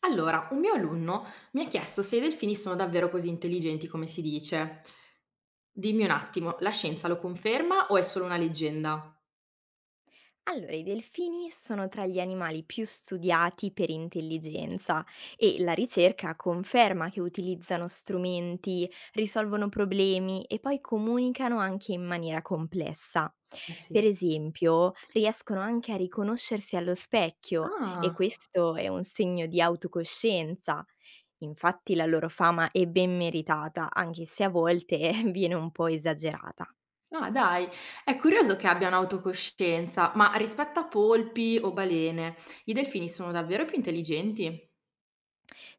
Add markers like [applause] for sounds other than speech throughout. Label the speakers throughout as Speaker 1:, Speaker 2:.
Speaker 1: Allora, un mio alunno mi ha chiesto se i delfini sono davvero così intelligenti come si dice. Dimmi un attimo, la scienza lo conferma o è solo una leggenda?
Speaker 2: Allora, i delfini sono tra gli animali più studiati per intelligenza e la ricerca conferma che utilizzano strumenti, risolvono problemi e poi comunicano anche in maniera complessa.
Speaker 1: Eh
Speaker 2: Per
Speaker 1: sì.
Speaker 2: esempio, riescono anche a riconoscersi allo specchio e
Speaker 1: Ah,
Speaker 2: questo è un segno di autocoscienza. Infatti la loro fama è ben meritata, anche se a volte [laughs] viene un po' esagerata.
Speaker 1: ah, dai, è curioso che abbiano autocoscienza, ma rispetto a polpi o balene, i delfini sono davvero più intelligenti?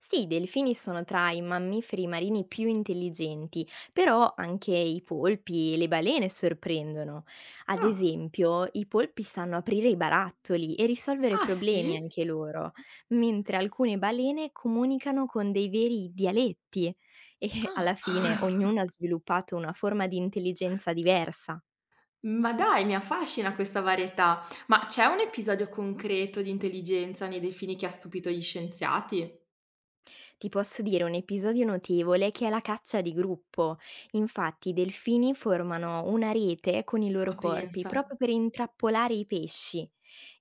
Speaker 2: Sì, i delfini sono tra i mammiferi marini più intelligenti, però anche i polpi e le balene sorprendono. Ad
Speaker 1: Ah,
Speaker 2: esempio, i polpi sanno aprire i barattoli e risolvere
Speaker 1: ah sì?
Speaker 2: problemi anche loro, mentre alcune balene comunicano con dei veri dialetti e alla
Speaker 1: Ah.
Speaker 2: fine
Speaker 1: [laughs]
Speaker 2: ognuno ha sviluppato una forma di intelligenza diversa.
Speaker 1: Ma dai, mi affascina questa varietà. Ma c'è un episodio concreto di intelligenza nei delfini che ha stupito gli scienziati?
Speaker 2: Ti posso dire un episodio notevole che è la caccia di gruppo. Infatti i delfini formano una rete con i loro
Speaker 1: Ma
Speaker 2: corpi
Speaker 1: pensa.
Speaker 2: proprio per intrappolare i pesci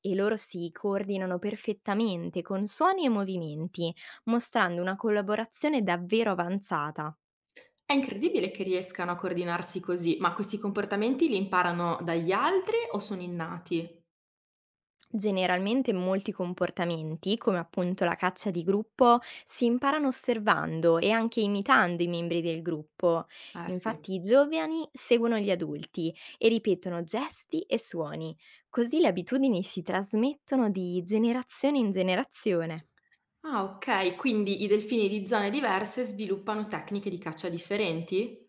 Speaker 2: e loro si coordinano perfettamente con suoni e movimenti, mostrando una collaborazione davvero avanzata.
Speaker 1: È incredibile che riescano a coordinarsi così, ma questi comportamenti li imparano dagli altri o sono innati?
Speaker 2: Generalmente molti comportamenti, come appunto la caccia di gruppo, si imparano osservando e anche imitando i membri del gruppo.
Speaker 1: Eh sì.
Speaker 2: Infatti i giovani seguono gli adulti e ripetono gesti e suoni, così le abitudini si trasmettono di generazione in generazione.
Speaker 1: Ah, okay, quindi i delfini di zone diverse sviluppano tecniche di caccia differenti?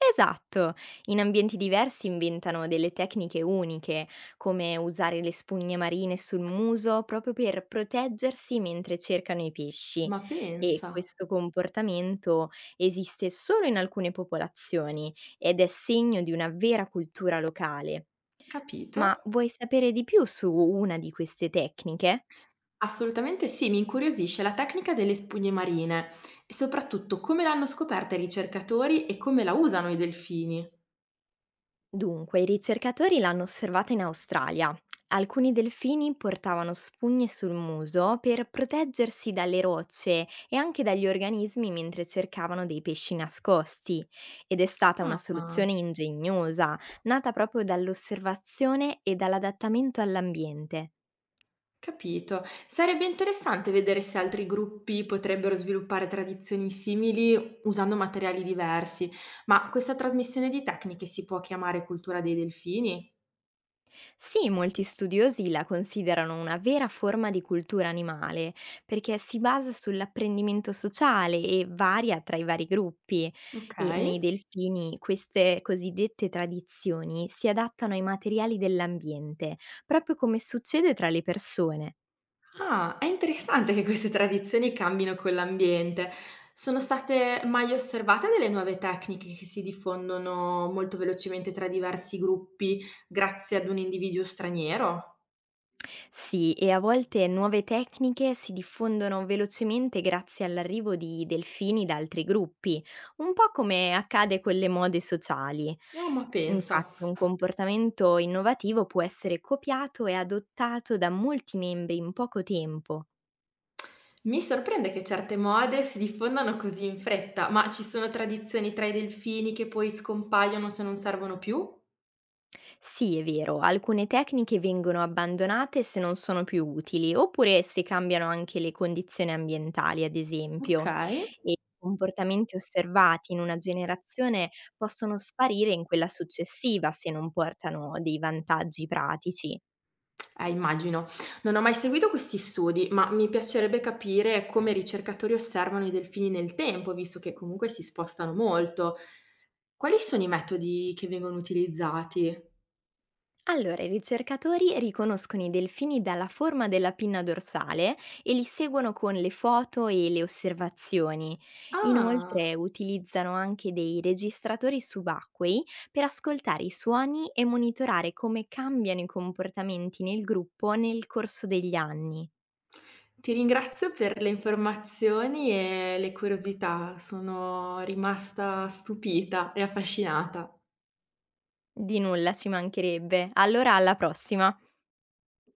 Speaker 2: Esatto, in ambienti diversi inventano delle tecniche uniche, come usare le spugne marine sul muso proprio per proteggersi mentre cercano i pesci
Speaker 1: Ma
Speaker 2: e
Speaker 1: pensa,
Speaker 2: questo comportamento esiste solo in alcune popolazioni ed è segno di una vera cultura locale. Ma
Speaker 1: capito.
Speaker 2: vuoi sapere di più su una di queste tecniche?
Speaker 1: Assolutamente sì, mi incuriosisce la tecnica delle spugne marine e soprattutto come l'hanno scoperta i ricercatori e come la usano i delfini.
Speaker 2: Dunque, i ricercatori l'hanno osservata in Australia. Alcuni delfini portavano spugne sul muso per proteggersi dalle rocce e anche dagli organismi mentre cercavano dei pesci nascosti. Ed è stata una
Speaker 1: Ah.
Speaker 2: soluzione ingegnosa, nata proprio dall'osservazione e dall'adattamento all'ambiente.
Speaker 1: Capito. Sarebbe interessante vedere se altri gruppi potrebbero sviluppare tradizioni simili usando materiali diversi, ma questa trasmissione di tecniche si può chiamare cultura dei delfini?
Speaker 2: Sì, molti studiosi la considerano una vera forma di cultura animale, perché si basa sull'apprendimento sociale e varia tra i vari gruppi.
Speaker 1: Ok.
Speaker 2: E nei delfini queste cosiddette tradizioni si adattano ai materiali dell'ambiente, proprio come succede tra le persone.
Speaker 1: Ah, è interessante che queste tradizioni cambino con l'ambiente. Sono state mai osservate delle nuove tecniche che si diffondono molto velocemente tra diversi gruppi grazie ad un individuo straniero?
Speaker 2: Sì, e a volte nuove tecniche si diffondono velocemente grazie all'arrivo di delfini da altri gruppi, un po' come accade con le mode sociali.
Speaker 1: No, ma pensa.
Speaker 2: Infatti, un comportamento innovativo può essere copiato e adottato da molti membri in poco tempo.
Speaker 1: Mi sorprende che certe mode si diffondano così in fretta, ma ci sono tradizioni tra i delfini che poi scompaiono se non servono più?
Speaker 2: Sì, è vero, alcune tecniche vengono abbandonate se non sono più utili, oppure se cambiano anche le condizioni ambientali, ad
Speaker 1: Ok.
Speaker 2: esempio, e i comportamenti osservati in una generazione possono sparire in quella successiva se non portano dei vantaggi pratici.
Speaker 1: Immagino. Non ho mai seguito questi studi, ma mi piacerebbe capire come i ricercatori osservano i delfini nel tempo, visto che comunque si spostano molto. Quali sono i metodi che vengono utilizzati?
Speaker 2: Allora, i ricercatori riconoscono i delfini dalla forma della pinna dorsale e li seguono con le foto e le osservazioni.
Speaker 1: Ah,
Speaker 2: Inoltre utilizzano anche dei registratori subacquei per ascoltare i suoni e monitorare come cambiano i comportamenti nel gruppo nel corso degli anni.
Speaker 1: ti ringrazio per le informazioni e le curiosità, sono rimasta stupita e affascinata.
Speaker 2: Di nulla, ci mancherebbe. Allora, alla prossima!